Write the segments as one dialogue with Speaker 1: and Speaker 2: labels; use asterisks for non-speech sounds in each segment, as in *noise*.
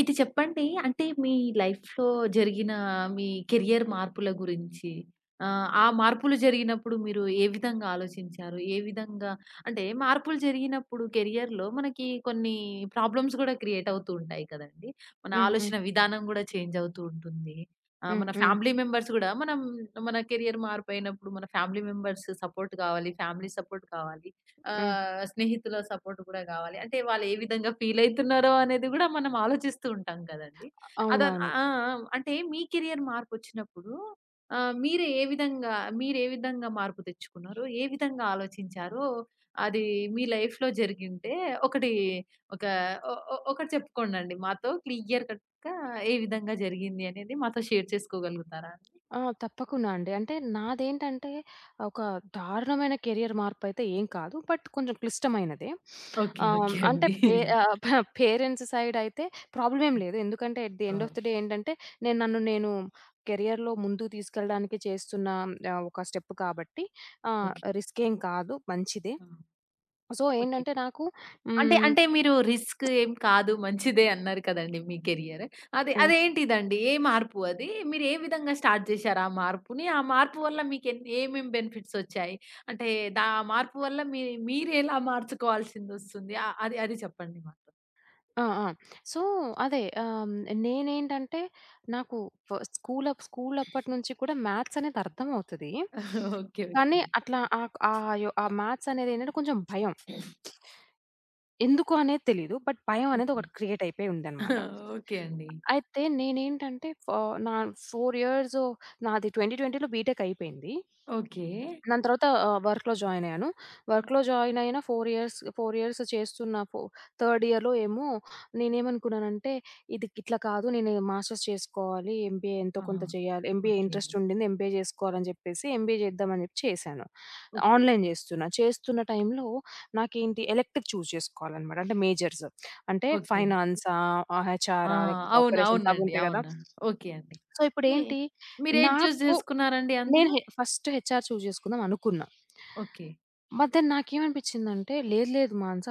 Speaker 1: ఇది చెప్పండి. అంటే మీ లైఫ్‌లో జరిగిన మీ కెరియర్ మార్పుల గురించి. ఆ మార్పులు జరిగినప్పుడు మీరు ఏ విధంగా ఆలోచించారు? ఏ విధంగా అంటే మార్పులు జరిగినప్పుడు కెరియర్‌లో మనకి కొన్ని ప్రాబ్లమ్స్ గూడా క్రియేట్ అవుతూ ఉంటాయి కదండీ! మన
Speaker 2: హ్మ్. హ్మ్.
Speaker 1: ఆలోచన విధానం గూడా చేంజ్ అవుతూ ఉంటుంది.
Speaker 2: హ్మ్.
Speaker 1: మన
Speaker 2: హ్మ్.
Speaker 1: ఫ్యామిలీ మెంబర్స్ గూడా మనం మన కెరియర్ మార్పయినప్పుడు మన ఫ్యామిలీ మెంబర్స్ సపోర్ట్ గావాలి. ఫ్యామిలీ సపోర్ట్ కావాలి.
Speaker 2: హ్మ్.
Speaker 1: స్నేహితుల సపోర్ట్ గూడా గావాలి. అంటే వాళ్ళు ఏ విధంగా ఫీలయితున్నారో అనేది గూడా మనం ఆలోచిస్తూ ఉంటాం కదండీ. ఆ!
Speaker 2: అవునవును.
Speaker 1: ఆ! అంటే మీ కెరియర్ మార్పొచ్చినప్పుడు ఆహ్, మీరే ఏ విధంగా మీరే విధంగా మార్పు తెచ్చుకున్నారు? ఏ విధంగా ఆలోచించారో అది మీ లైఫ్‌లో జరిగింటే ఒకటి ఒక ఒ ఒ ఒకటి చెప్పుకోండండి మాతో క్లియర్ కట్‌గా ఏ విధంగా జరిగింది అనేది మాతో షేర్ చేసుకోగలుగుతారా అండి?
Speaker 2: ఆ! తప్పకుండా అండి. అంటే నాదేంటంటే ఒక దారుణమైన కెరియర్ మార్పయితే ఏం కాదు. బట్ కొంచెం క్లిష్టమైనదే.
Speaker 1: ఓకే. ఓకే
Speaker 2: అంటే
Speaker 1: అండి.
Speaker 2: పే ఆహ్, ప పేరెంట్స్ సైడ్ అయితే ప్రాబ్లమ్ ఏం లేదు. ఎందుకంటే at the
Speaker 1: ah!
Speaker 2: End of the day ఏంటంటే నన్ను నేను కెరియర్‌లో ముందుకు తీసుకెళ్ళడానికి చేస్తున్న ఒక స్టెప్ కాబట్టి ఆహ్,
Speaker 1: ఓకే.
Speaker 2: రిస్క్ ఏం కాదు. మంచిదే.
Speaker 1: ఆ!
Speaker 2: So,
Speaker 1: okay.
Speaker 2: ఏంటంటే నాకు
Speaker 1: అంటే,
Speaker 2: హ్మ్.
Speaker 1: అంటే మీరు రిస్క్ ఏం కాదు మంచిదే అన్నారు కదండీ మీ కెరియర్.
Speaker 2: హ్మ్.
Speaker 1: అదేంటిదండి? ఏ మార్పు అది? మీరు ఏ విధంగా స్టార్ట్ జేశారు ఆ మార్పుని? ఆ మార్పు వల్ల మీకేన్ ఏమేం బెనిఫిట్స్ ఒచ్చాయి? అంటే ఆ మార్పు వల్ల మీరెలా మార్చుకోవాల్సిందొస్తుంది? ఆహ్, అది అది చెప్పండి మాతో.
Speaker 2: ఆ! ఆ! సో, అదే ఆహ్, నేనేంటంటే నాకు ఫ స్కూల్ అప్ స్కూల్ అప్పటినుంచి కూడా మ్యాథ్స్ అనేది అర్థమవుతది.
Speaker 1: *laughs* ఓకే.
Speaker 2: కానీ
Speaker 1: ఓకే.
Speaker 2: అట్లా ఆక్ ఆహ్, యొ ఆ మ్యాథ్స్ అనేదేంటంటే కొంచెం భయం. ఎందుకు అనేది తెలీదు. బట్ భయం అనేది
Speaker 1: ఓకే.
Speaker 2: ఒకటి క్రియేట్ అయిపోయి ఉందనమాట.
Speaker 1: *laughs* ఓకే అండి.
Speaker 2: అయితే నేనేంటంటే ఫ నా 4 ఇయర్స్ నాది 2020లో బీటెక్ అయిపోయింది.
Speaker 1: ఓకే.
Speaker 2: దాని తర్వాత వర్క్‌లో జాయిన్ అయ్యాను. వర్క్‌లో జాయిన్ అయిన 4 ఇయర్స్, 4 ఇయర్స్ చేస్తున్న ఫో థర్డ్ ఇయర్‌లో ఏమో నేనేమనుకున్నానంటే, ఇది ఇట్లా కాదు, నేను మాస్టర్స్ చేసుకోవాలి. ఎంబీఏ ఎంతో
Speaker 1: ఆహా!
Speaker 2: కొంత చేయాలి. MBA
Speaker 1: okay.
Speaker 2: ఇంట్రెస్ట్ ఉండింది. ఎంబీఏ జేసుకోవాలని జెప్పేసి ఎంబీఏ జేద్దామని జెప్పి చేశాను.
Speaker 1: ఓకే.
Speaker 2: ఆన్‌లైన్ జేస్తున్నా. చేస్తున్న టైంలో నాకేంటి ఎలెక్టివ్ చూజ్ జేసుకోవాలనమాట. అంటే మేజర్స్. అంటే
Speaker 1: ఓకే.
Speaker 2: ఫైనాన్సా,
Speaker 1: ఆ!
Speaker 2: హెచ్ఆరా లేకపోతే
Speaker 1: అవును.
Speaker 2: ఆపరేషన్స్ అవి
Speaker 1: అవునండి.
Speaker 2: ఉంటాయి గదా!
Speaker 1: అవును. ఓకే అండి.
Speaker 2: సో,
Speaker 1: మీ
Speaker 2: ఇప్పుడేంటి
Speaker 1: మీరేది చూజ్
Speaker 2: నాకు
Speaker 1: జేసుకున్నారండి
Speaker 2: నేను
Speaker 1: అందులో?
Speaker 2: హె ఫస్ట్ హెచ్ఆర్ చూజ్ చేసుకుందాం అనుకున్నా.
Speaker 1: ఓకే.
Speaker 2: బట్ దెన్ నాకేమనిపించిందంటే, లేదు లేదు, మానస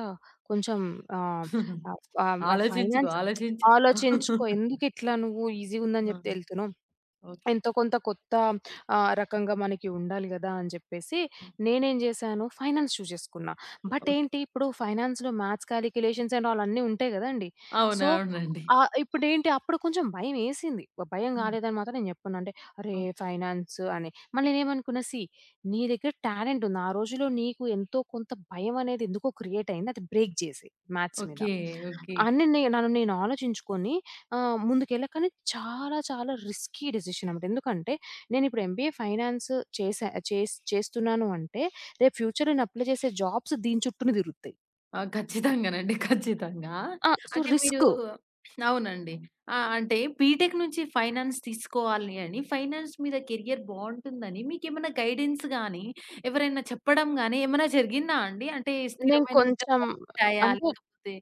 Speaker 2: కొంచెం ఆహ్, ఆహ్, ఆహ్,
Speaker 1: ఆలోచించుకో.
Speaker 2: ఫైనాన్స్
Speaker 1: ఆలోచించుకో.
Speaker 2: ఆలోచించుకో. ఎందుకిట్లా నువ్వు ఈజీగుందని
Speaker 1: ఆ!
Speaker 2: జెప్తే ఎళ్తున్నావు?
Speaker 1: ఓకే.
Speaker 2: ఎంతో కొంత కొత్త రకంగా మనకి ఉండాలి గదా అని జెప్పేసి నేనేం జేశాను, ఫైనాన్స్ చూజ్ జేసుకున్నా. But
Speaker 1: okay.
Speaker 2: ఏంటి, ఇప్పుడు ఫైనాన్స్‌లో మ్యాథ్స్ కాలిక్యులేషన్స్ అండ్ ఆల్ అన్నీ ఉంటాయి గదండీ!
Speaker 1: అవును.
Speaker 2: సో,
Speaker 1: అవునండి.
Speaker 2: ఇప్పుడేంటి అప్పుడు కొంచెం భయమేసింది. భయం
Speaker 1: హ్మ్.
Speaker 2: గాలేదని మాత్రం నేను జెప్పను. అంటే అరే,
Speaker 1: ఓకే.
Speaker 2: ఫైనాన్స్ అని. మళ్ళీ నేనేమనుకున్నా, సీ, నీ దగ్గర టాలెంట్ ఉంది. ఆ రోజుల్లో నీకు ఎంతో కొంత భయం అనేది ఎందుకో క్రియేట్ అయింది. అది బ్రేక్ జేసేయి మ్యాథ్స్ మీద.
Speaker 1: ఓకే. ఓకే.
Speaker 2: అని నన్ను నేను ఆలోచించుకొని ఆ! ముందుకెళ్ళా. కానీ చాలా చాలా రిస్కీ డెసిషన్ అన్నమాట. ఎందుకంటే నేనిప్పుడు ఎంబీఏ ఫైనాన్స్ చేశా చేస్ చేస్తున్నాను అంటే రేపు ఫ్యూచర్‌లో నేను అప్లై చేసే జాబ్స్ దీని చుట్టూనే తిరుగుతాయి.
Speaker 1: ఆ! ఖచ్చితంగానండి. ఖచ్చితంగా.
Speaker 2: ఆ! సో,
Speaker 1: అంటే మీరు
Speaker 2: రిస్క్.
Speaker 1: అవునండి. ఆ! అంటే బీటెక్ నుంచి ఫైనాన్స్ తీసుకోవాలి అని, ఫైనాన్స్ మీద కెరియర్ బావుంటుందని మీకేమైనా గైడెన్స్ గాని, ఎవరైనా చెప్పడం గాని ఏమైనా జరిగిందా అండి? అంటే
Speaker 2: నేను
Speaker 1: స్థిరమైన
Speaker 2: కొంచెం
Speaker 1: ఉద్యోగాలుంటాయా?
Speaker 2: అంటే
Speaker 1: లేకపోతే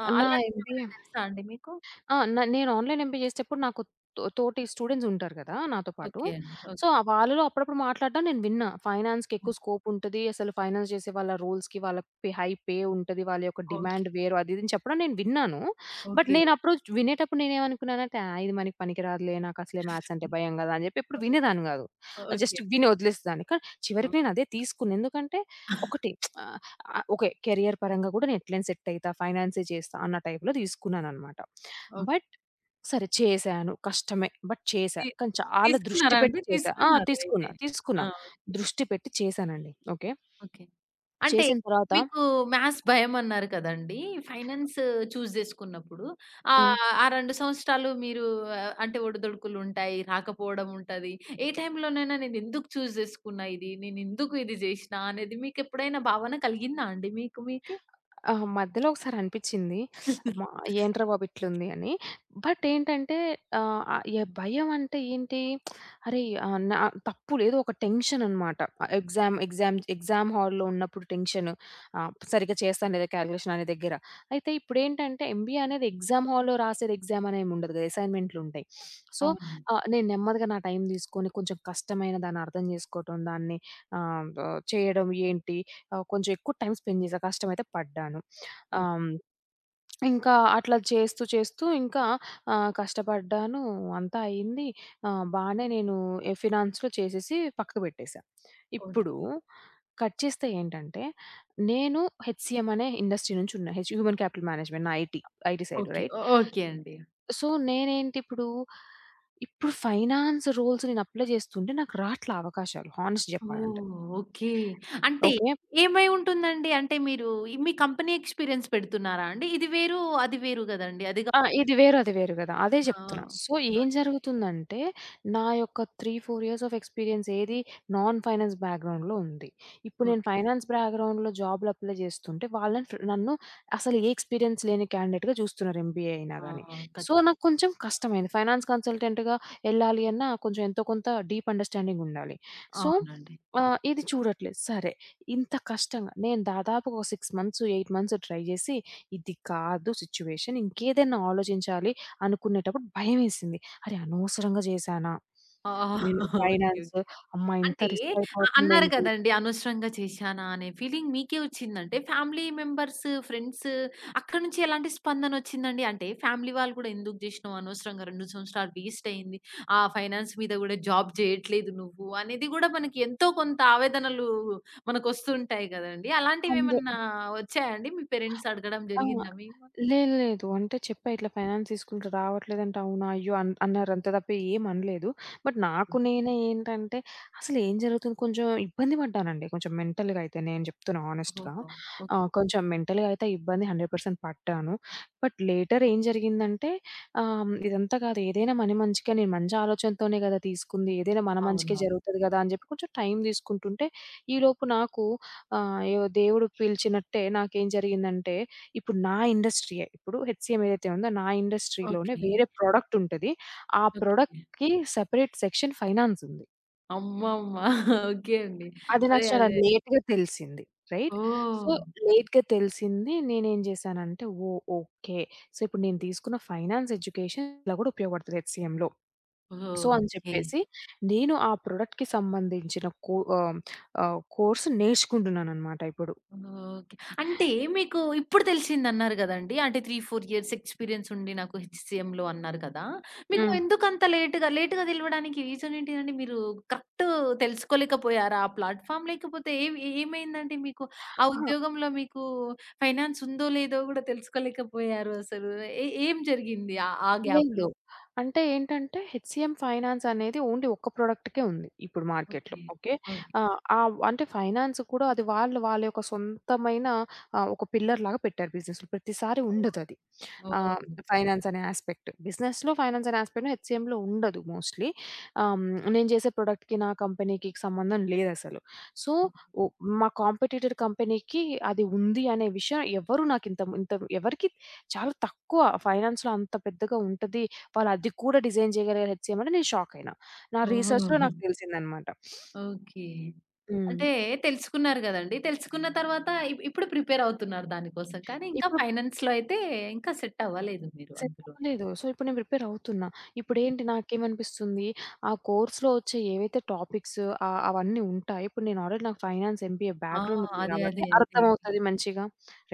Speaker 1: ఆ!
Speaker 2: నా
Speaker 1: అలాంటివేమైనా
Speaker 2: ఎంబీఏ
Speaker 1: తెలుసా అండి మీకు?
Speaker 2: ఆ! నేను ఆన్‌లైన్ ఎంపీ చేసేటప్పుడు నాకు తోటి స్టూడెంట్స్ ఉంటారు కదా నాతో పాటు.
Speaker 1: ఓకే అండి.
Speaker 2: So,
Speaker 1: okay.
Speaker 2: ఆ వాళ్ళలో అప్పుడప్పుడు మాట్లాడడం నేను విన్నా. ఫైనాన్స్‌కి ఎక్కువ
Speaker 1: హ్మ్.
Speaker 2: స్కోప్ ఉంటది. అసలు ఫైనాన్స్ చేసే వాళ్ళ రూల్స్‌కి వాళ్ళ పే ఉంటది. వాళ్ళ యొక్క
Speaker 1: ఓకే.
Speaker 2: డిమాండ్ వేరు, అది ఇది అని చెప్పడం నేను విన్నాను. But
Speaker 1: okay.
Speaker 2: నేను అప్పుడు వినేటప్పుడు నేనేమనుకున్నానంటే, ఆ, ఇది మనకి పనికిరాదులే. నాకసలే మ్యాథ్స్ అంటే భయం కదా అని చెప్పి
Speaker 1: ఆ!
Speaker 2: ఎప్పుడు వినేదాన్ని కాదు.
Speaker 1: ఓకే.
Speaker 2: జస్ట్ విని వదిలేసేదాన్ని. కానీ
Speaker 1: ఆ!
Speaker 2: చివరికి నేను అదే తీసుకున్నా. ఎందుకంటే ఒకటి, ఆహ్, ఓకే, కెరియర్ పరంగా కూడా నేను ఎట్లైనా సెట్ అయితా. ఫైనాన్సే చేస్తా అన్న టైప్‌లో తీసుకున్నాననమాట.
Speaker 1: ఓకే.
Speaker 2: బట్ సరే చేశాను. కష్టమే. బట్ చేశా.
Speaker 1: తి
Speaker 2: కానీ చాలా దృష్టి
Speaker 1: తీసుకున్నారా అండి?
Speaker 2: పెట్టి చేశా. ఆ!
Speaker 1: తీసుకున్నారు అయితే.
Speaker 2: తీసుకున్నా.
Speaker 1: ఆ!
Speaker 2: తీసుకున్నా. దృష్టి పెట్టి చేశానండి. ఓకే.
Speaker 1: ఓకే. అంటే
Speaker 2: చేసిన తర్వాత
Speaker 1: మీకు మ్యాథ్స్ భయమన్నారు కదండీ! ఫైనాన్స్ చూజ్ చేసుకున్నప్పుడు
Speaker 2: హ్మ్.
Speaker 1: ఆ 2 సంవత్సరాలు మీరు అంటే ఒడిదుడుకులుంటాయి. రాకపోవడం ఉంటది. ఏ టైంలోనైనా నేనెందుకు చూజ్ చేసుకున్నా ఇది? నేనెందుకు ఇది జేసినా? అనేది మీకెప్పుడైనా భావన కలిగిందా అండి మీకు మీకే?
Speaker 2: అహా! మధ్యలో ఒకసారి అనిపిచ్చింది. అమ్మా! ఏంట్రా బాబు ఇట్లుంది అని. బట్ ఏంటంటే ఆహ్, ఆహ్, య భయం అంటే ఏంటి? అరే! నా తప్పు లేదు, ఒక టెన్షన్ అనమాట. ఎగ్జామ్ హాల్‌లో ఉన్నప్పుడు టెన్షన్. సరిగ్గా చేస్తాను లేదా కాలిక్యులేషన్ అనే దగ్గర. అయితే ఇప్పుడేంటంటే ఎంబీఏ అనేది ఎగ్జామ్ హాల్‌లో రాసేది ఎగ్జామ్ అనేమి ఉండదు కదా, అసైన్‌మెంట్లు ఉంటాయి. సో,
Speaker 1: అవునండి.
Speaker 2: నేను నెమ్మదిగా నా టైం తీసుకొని కొంచెం కష్టమైన దాన్ని అర్థం చేసుకోవటం, దాన్ని ఆహ్, ఆహ్, చేయడం ఏంటి? కొంచెం ఎక్కువ టైమ్ స్పెండ్ చేశా. కష్టమైతే పడ్డాను.
Speaker 1: ఓహ్!
Speaker 2: ఆహ్, ఇంకా అట్లా చేస్తూ, చేస్తూ ఇంకా కష్టపడ్డాను. అంతా అయింది. బానే నేను ఫినాన్స్‌లో చేసేసి పక్కకు పెట్టేశా.
Speaker 1: ఓకే.
Speaker 2: ఇప్పుడు కట్ చేస్తే ఏంటంటే, నేను హెచ్‌సీఎం అనే ఇండస్ట్రీ నుంచి ఉన్నా. హ్యూమన్ క్యాపిటల్ మేనేజ్మెంట్ నా IT. IT side
Speaker 1: okay.
Speaker 2: Right.
Speaker 1: Okay అండి.
Speaker 2: సో, నేనేంటి ఇప్పుడు, ఇప్పుడు ఫైనాన్స్ రోల్స్ నేను అప్లై చేస్తుంటే నాకు రాట్ల అవకాశాలు హానెస్ట్‌గా చెప్పాలంటే.
Speaker 1: ఓహ్! ఓకే. అంటే
Speaker 2: ఓకే.
Speaker 1: ఏమై ఉంటుందండి? అంటే మీరు మీ కంపెనీ ఎక్స్‌పీరియన్స్ పెడుతున్నారా అండి? ఇది వేరు, అది వేరు గదండీ! అది గా
Speaker 2: ఆ! ఇది వేరు, అది వేరు గదా, అదే
Speaker 1: ఆ!
Speaker 2: జెప్తున్నా. హ్మ్. సో, ఏం
Speaker 1: ఓకే.
Speaker 2: జరుగుతుందంటే, నా యొక్క 3, 4 ఇయర్స్ ఆఫ్ ఎక్స్‌పీరియన్స్ ఏది నాన్ ఫైనాన్స్ బ్యాక్‌గ్రౌండ్‌లో ఉంది. ఇప్పుడు నేను
Speaker 1: ఓకే.
Speaker 2: ఫైనాన్స్ బ్యాక్‌గ్రౌండ్‌లో జాబ్‌లు అప్లై జేస్తుంటే, వాళ్ళని ఫ్ నన్ను అసలు ఏ ఎక్స్‌పీరియన్స్ లేని క్యాండిడేట్‌గా జూస్తున్నారు, ఎంబీఏ అయినా
Speaker 1: ఆ!
Speaker 2: గాని.
Speaker 1: కచ్
Speaker 2: సో, నాకు కొంచెం కష్టమైంది. ఫైనాన్స్ కన్సల్టెంట్‌గా ఎళ్ళాలి అన్నా కొంచెం ఎంతో కొంత డీప్ అండర్‌స్టాండింగ్ ఉండాలి. సో,
Speaker 1: అవునండి.
Speaker 2: ఇది చూడట్లేదు. సరే, ఇంత కష్టంగా నేను దాదాపుగా ఒక 6 మంత్స్, 8 మంత్స్ ట్రై జేసి, ఇది కాదు సిట్యుయేషన్, ఇంకేదైనా ఆలోచించాలి అనుకునేటప్పుడు భయమేసింది. అరే! అనవసరంగా చేశానా?
Speaker 1: ఆ!
Speaker 2: నేను
Speaker 1: ఓకే.
Speaker 2: ఫైనాన్స్, అమ్మా ఇంత
Speaker 1: అంటే
Speaker 2: రిస్క్
Speaker 1: అన్నారు
Speaker 2: అయిపోతుందేంటి?
Speaker 1: కదండీ! అనవసరంగా చేశానా అనే ఫీలింగ్ మీకే వచ్చిందంటే, ఫ్యామిలీ మెంబర్స్, ఫ్రెండ్స్ అక్కడి నుంచి ఎలాంటి స్పందనొచ్చిందండి? అంటే ఫ్యామిలీ వాళ్ళు కూడా ఎందుకు జేసినావు అనవసరంగా 2 సంవత్సరాలు వేస్ట్ అయింది. ఆ ఫైనాన్స్ మీద గూడా జాబ్ చేయట్లేదు నువ్వు అనేది గూడా మనకి ఎంతో కొంత ఆవేదనలు మనకొస్తుంటాయి గదండీ!
Speaker 2: అందు
Speaker 1: అలాంటివేమన్నా వచ్చాయా అండి? మీ పేరెంట్స్ అడగడం
Speaker 2: ఆ!
Speaker 1: జరిగిందా మేము?
Speaker 2: లేదు లేదు. అంటే చెప్పా, ఇట్లా ఫైనాన్స్ తీసుకుంటే రావట్లేదంటే అవునా, అయ్యో అన్నారు అంతే తప్ప ఏమనలేదు. బట్ నాకు నేనే ఏంటంటే అసలు ఏం జరుగుతుంది, కొంచెం ఇబ్బంది పడ్డానండి. కొంచెం మెంటల్‌గా అయితే నేను చెప్తున్నా హానెస్ట్‌గా.
Speaker 1: ఓహో! ఓకే.
Speaker 2: కొంచెం మెంటల్‌గా అయితే ఇబ్బంది 100% పడ్డాను. బట్ లేటర్ ఏం జరిగిందంటే ఇదంతా కాదు, ఏదైనా మన మంచికే నేను మంచి ఆలోచనతోనే కదా తీసుకుంది. ఏదైనా మన మంచికే
Speaker 1: అవునవును.
Speaker 2: జరుగుతది కదా అని చెప్పి కొంచెం టైం తీసుకుంటుంటే ఈలోపు నాకు ఏవో దేవుడు పిలిచినట్టే నాకేం జరిగిందంటే ఇప్పుడు నా ఇండస్ట్రీయే. ఇప్పుడు హెచ్‌సీఎం ఏదైతే ఉందో నా ఇండస్ట్రీలోనే
Speaker 1: ఓకే.
Speaker 2: వేరే ప్రొడక్ట్ ఉంటది. ఆ
Speaker 1: ఓకే.
Speaker 2: ప్రొడక్ట్‌కి సెపరేట్ సెక్షన్ ఫైనాన్స్ ఉంది.
Speaker 1: అమ్మమ్మ! *laughs* ఓకే అండి.
Speaker 2: అది
Speaker 1: అదే.
Speaker 2: నాకు చాలా
Speaker 1: అదే.
Speaker 2: లేట్‌గా తెలిసింది. రైట్? So,
Speaker 1: oh!
Speaker 2: లేట్‌గా తెలిసింది. నేనేం చేశానంటే ఓహ్! ఓకే. సో, ఇప్పుడు నేను తీసుకున్న ఫైనాన్స్ ఎడ్యుకేషన్ ఇలా కూడా ఉపయోగపడుతది హెచ్‌సీఎంలో. సో, అని
Speaker 1: ఓకే.
Speaker 2: చెప్పేసి నేను ఆ ప్రొడక్ట్‌కి సంబంధించిన కోర్స్ నేర్చుకుంటున్నాననమాట ఇప్పుడు.
Speaker 1: ఓకే. అంటే మీకు ఇప్పుడు తెలిసిందన్నారు గదండీ! అంటే 3, 4 ఇయర్స్ ఎక్స్‌పీరియన్స్ ఉండి నాకు హెచ్‌సీఎంలో అన్నారు కదా! మీకు
Speaker 2: హ్మ్.
Speaker 1: ఎందుకంత లేట్‌గా లేట్‌గా తెలవడానికి రీజన్ ఏంటిదండి? మీరు కరెక్ట్ తెలుసుకోలేకపోయారా ఆ ప్లాట్‌ఫార్మ్? లేకపోతే ఏమైందండి మీకు? ఆ
Speaker 2: ఆ!
Speaker 1: ఉద్యోగంలో మీకు ఫైనాన్స్ ఉందో లేదో గూడా తెలుసుకోలేకపోయారు అసలు. ఏం జరిగింది ఆ ఆ గ్యాప్‌లో?
Speaker 2: లేదు. అంటే ఏంటంటే హెచ్‌సీఎం ఫైనాన్స్ అనేది ఓన్లీ ఒక్క ప్రొడక్ట్‌కే ఉంది ఇప్పుడు మార్కెట్‌లో.
Speaker 1: ఓకే.
Speaker 2: ఓకే.
Speaker 1: ఓకే.
Speaker 2: ఆహ్, ఆవ్ అంటే ఫైనాన్స్ కూడా అది వాళ్ళు వాళ్ళ యొక్క సొంతమైన ఒక పిల్లర్‌లాగా పెట్టారు బిజినెస్‌లో. ప్రతిసారి ఉండదది.
Speaker 1: ఓహ్!
Speaker 2: ఆహ్, ఫైనాన్స్ అనే యాస్పెక్ట్. బిజినెస్‌లో ఫైనాన్స్ అనే యాస్పెక్ట్ హెచ్‌సిఎంలో ఉండదు మోస్ట్‌లీ. ఆహ్, నేను చేసే ప్రొడక్ట్‌కి, నా కంపెనీకి సంబంధం లేదసలు. సో,
Speaker 1: ఓహ్!
Speaker 2: ఓ మా కాంపిటీటర్ కంపెనీకి అది ఉంది అనే విషయం ఎవరు నాకు ఇంత ఇంత ఎవరికీ, చాలా తక్కువ ఫైనాన్స్‌లో అంత పెద్దగా ఉంటది. వాళ్ళు అది కూడా డిజైన్ చేయగలిగారు హెచ్‌సిఎం అంటే నేను షాక్ అయినా. నా రీసెర్చ్‌లో
Speaker 1: ఓహ్!
Speaker 2: నాకు తెలిసిందనమాట.
Speaker 1: ఓకే.
Speaker 2: హ్మ్.
Speaker 1: అంటే తెలుసుకున్నారు గదండీ. తెలుసుకున్న తర్వాత ఇప్పుడు ప్రిపేర్ అవుతున్నారు దానికోసం. కానీ ఇంకా
Speaker 2: ఇప్పుడు
Speaker 1: ఫైనాన్స్‌లో అయితే ఇంకా సెట్ అవ్వలేదు మీరు
Speaker 2: సెట్
Speaker 1: అందులో.
Speaker 2: అవ్వలేదు. సో, ఇప్పుడు నేను ప్రిపేర్ అవుతున్నా. ఇప్పుడేంటి నాకేమనిపిస్తుంది, ఆ కోర్స్‌లో వచ్చే ఏవైతే టాపిక్స్ అవన్నీ ఉంటాయి. ఇప్పుడు నేను ఆల్రెడీ నాకు ఫైనాన్స్ ఎంబీఏ
Speaker 1: ఆ!
Speaker 2: బ్యాక్‌గ్రౌండ్ ఉంది
Speaker 1: అదే.
Speaker 2: కాబట్టి
Speaker 1: అదే. అదే.
Speaker 2: అర్థమవుతది మంచిగా.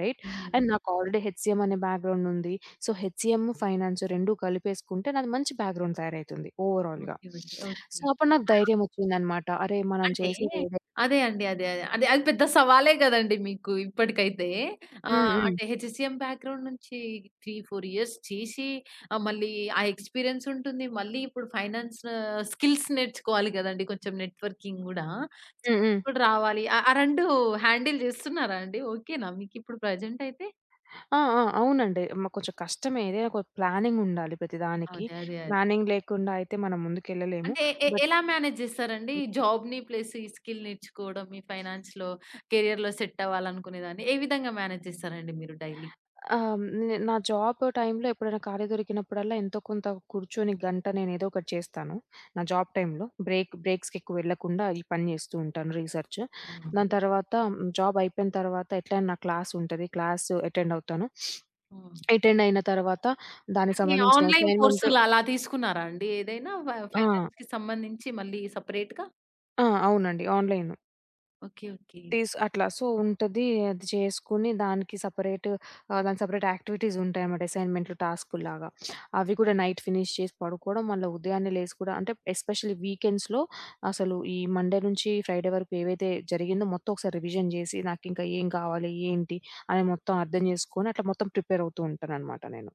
Speaker 2: రైట్?
Speaker 1: హ్మ్.
Speaker 2: అండ్ నాకు ఆల్రెడీ హెచ్‌సీఎం అనే బ్యాక్‌గ్రౌండ్ ఉంది. సో, హెచ్‌సీఎం, ఫైనాన్స్ 2 కలిపేసుకుంటే నాది మంచి బ్యాక్‌గ్రౌండ్ తయారైతుంది ఓవరాల్‌గా.
Speaker 1: ఓకే. ఓకే.
Speaker 2: So,
Speaker 1: okay.
Speaker 2: అప్పుడు నాకు
Speaker 1: ఆ!
Speaker 2: ధైర్యం వచ్చిందనమాట. అరే! మనం
Speaker 1: అంటే
Speaker 2: చేసేది ఏదై
Speaker 1: అదే అండి. అదే. అదే. అదే అది పెద్ద సవాలే గదండీ మీకు ఇప్పటికైతే.
Speaker 2: హ్మ్. హ్మ్.
Speaker 1: అంటే హెచ్‌సీఎం బ్యాక్‌గ్రౌండ్ నుంచి 3, 4 ఇయర్స్ చేసి మళ్ళీ ఆ ఎక్స్‌పీరియన్స్ ఉంటుంది. మళ్ళీ ఇప్పుడు ఫైనాన్స్ స్కిల్స్ నేర్చుకోవాలి గదండీ! కొంచెం నెట్‌వర్కింగ్ గూడా.
Speaker 2: హ్మ్.
Speaker 1: స్కిల్స్
Speaker 2: హ్మ్.
Speaker 1: కూడా రావాలి. ఆ ఆ 2 హ్యాండిల్ జేస్తున్నారా అండి? ఓకేనా మీకిప్పుడు ప్రెజెంట్ అయితే?
Speaker 2: ఆ! ఆ! అవునండి. కొంచెం కష్టమే. ఏదైనా ఒక ప్లానింగ్ ఉండాలి ప్రతిదానికి.
Speaker 1: అదే. అదే. అదే.
Speaker 2: ప్లానింగ్ లేకుండా అయితే మనం ముందుకెళ్ళలేము.
Speaker 1: అంటే
Speaker 2: బట్
Speaker 1: ఎలా మేనేజ్ జేస్తారండి? ఈ జాబ్‌ని ప్లస్ ఈ స్కిల్ నేర్చుకోవడం, ఈ ఫైనాన్స్‌లో, కెరియర్‌లో సెట్ అవ్వాలనుకునే దాన్ని ఏ విధంగా మేనేజ్ చేస్తారండి మీరు డైలీ?
Speaker 2: ఆహ్, నా జాబ్ టైమ్‌లో ఎప్పుడైనా ఖాళీ దొరికినప్పుడల్లా ఎంతో కొంత కూర్చొని గంట నేనేదో ఒకటి చేస్తాను. నా జాబ్ టైమ్‌లో. బ్రేక్స్‌కి ఎక్కువ వెళ్ళకుండా ఈ పని చేస్తూ ఉంటాను, రీసెర్చ్.
Speaker 1: హ్మ్.
Speaker 2: దాని తర్వాత జాబ్ అయిపోయిన తర్వాత ఎట్లైనా నా క్లాస్ ఉంటది. క్లాస్ అటెండ్ అవుతాను.
Speaker 1: హ్మ్.
Speaker 2: అటెండ్ అయిన తర్వాత దానికి
Speaker 1: అంటే
Speaker 2: సంబంధించిన
Speaker 1: ఆన్‌లైన్
Speaker 2: అసైన్‌మెంట్.
Speaker 1: కోర్సులు అలా తీసుకున్నారా అండి ఏదైనా
Speaker 2: ఆ!
Speaker 1: ఫైనాన్స్‌కి సంబంధించి మళ్ళీ సెపరేట్‌గా?
Speaker 2: ఆ! అవునండి. ఆన్‌లైన్.
Speaker 1: ఓకే. ఓకే.
Speaker 2: అట్లా. సో, ఉంటది. అది చేసుకొని దానికి సెపరేట్ దానికి సెపరేట్ యాక్టివిటీస్ ఉంటాయన్నమాట. అసైన్‌మెంట్‌లు, టాస్కుల్లాగా. అవి కూడా నైట్ ఫినిష్ చేసి పడుకోవడం, మళ్ళా ఉదయాన్నే లేసి కూడా, అంటే ఎస్పెషల్లీ వీకెండ్స్‌లో అసలు ఈ మండే నుంచి ఫ్రైడే వరకు ఏవైతే జరిగిందో మొత్తం ఒకసారి రివిజన్ చేసి, నాకింకా ఏం కావాలి, ఏంటి అని మొత్తం అర్థం చేసుకొని, అట్లా మొత్తం ప్రిపేర్ అవుతూ ఉంటానన్నమాట నేను.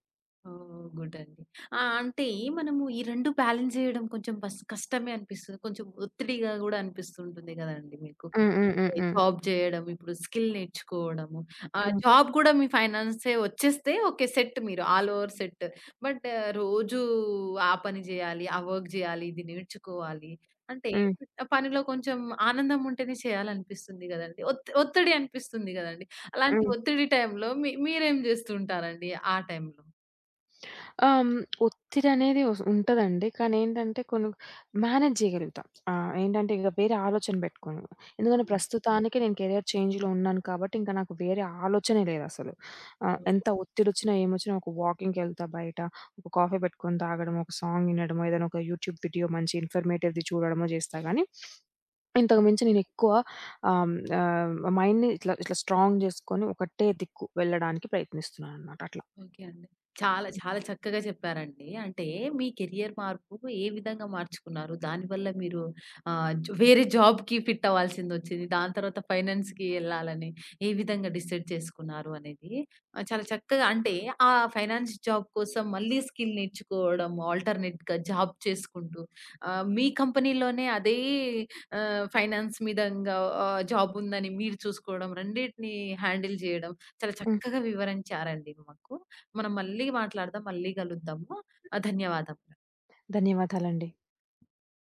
Speaker 1: ఓహ్! గుడ్ అండి. ఆ! అంటే మనము ఈ 2 బ్యాలెన్స్ జేయడం కొంచెం బస్ కష్టమే అనిపిస్తది. కొంచెం ఒత్తిడిగా గూడా అనిపిస్తూ ఉంటుంది గదండీ మీకు.
Speaker 2: హ్మ్. హ్మ్. హ్మ్.
Speaker 1: ఓకే.
Speaker 2: హ్మ్.
Speaker 1: జాబ్ చేయడం, ఇప్పుడు స్కిల్ నేర్చుకోవడము.
Speaker 2: హ్మ్.
Speaker 1: జాబ్ కూడా మీ ఫైనాన్సే వచ్చేస్తే ఓకే. సెట్ మీరు ఆల్ ఓవర్ సెట్. బట్ రోజూ ఆ పని జేయాలి, ఆ వర్క్ జేయాలి, ఇది నేర్చుకోవాలి. అంటే
Speaker 2: హ్మ్.
Speaker 1: ఆ పనిలో కొంచెం ఆనందం ఉంటేనే చేయాలనిపిస్తుంది గదండీ. ఒత్తిడి అనిపిస్తుంది గదండీ. అలాంటి
Speaker 2: హ్మ్.
Speaker 1: ఒత్తిడి టైంలో మీరేం జేస్తూ ఉంటారండి ఆ టైంలో?
Speaker 2: ఆ! హ్మ్. ఒత్తిడనేది ఉంటదండి. కానీ ఏంటంటే కొన్ని మేనేజ్ చేయగలుగుతాం. ఏంటంటే ఇక వేరే ఆలోచన పెట్టుకోను. ఎందుకంటే
Speaker 1: హ్మ్.
Speaker 2: ప్రస్తుతానికి నేను కెరియర్ చేంజ్‌లో ఉన్నాను కాబట్టి ఇంకా నాకు వేరే ఆలోచనే లేదసలు. ఎంత ఒత్తిడొచ్చినా, ఏమొచ్చినా ఒక వాకింగ్‌కెళ్తా బయట, ఒక కాఫీ పెట్టుకొని తాగడమో, ఒక సాంగ్ వినడమో, ఏదైనా ఒక యూట్యూబ్ వీడియో మంచి ఇన్ఫర్మేటివ్‌ది చూడడమో చేస్తా గానీ, ఇంతకు మించి నేనెక్కువ ఆహ్, హ్మ్. ఆహ్, మైండ్‌ని ఇట్లా ఇట్లా స్ట్రాంగ్ చేసుకొని ఒకటే దిక్కు వెళ్ళడానికి ప్రయత్నిస్తున్నాననమాట అట్లా.
Speaker 1: ఓకే అండి. చాలా, చాలా చక్కగా చెప్పారండి. అంటే మీ కెరియర్ మార్పు ఏ విధంగా మార్చుకున్నారు? దానివల్ల మీరు ఆహ్, జు వేరే జాబ్‌కి ఫిట్ అవ్వాల్సిందొచ్చింది. దాని తర్వాత ఫైనాన్స్‌కి ఎళ్ళాలని ఏ విధంగా డిసైడ్ చేసుకున్నారు అనేది చాలా చక్కగా అంటే ఆ ఫైనాన్స్ జాబ్ కోసం మళ్ళీ స్కిల్ నేర్చుకోవడం ఆల్టర్‌నేట్‌గా జాబ్ చేసుకుంటూ మీ కంపెనీలోనే అదే ఫైనాన్స్ మీదంగా జాబ్ ఉందని మీరు చూసుకోవడం రెండిటిని హ్యాండిల్ జేయడం చాలా
Speaker 2: హ్మ్.
Speaker 1: చక్కగా వివరించారండి మాకు. మనం మళ్ళీ మాట్లాడదాం. మళ్ళీ కలుద్దాము. ధన్యవాదములు.
Speaker 2: ధన్యవాదాలండి.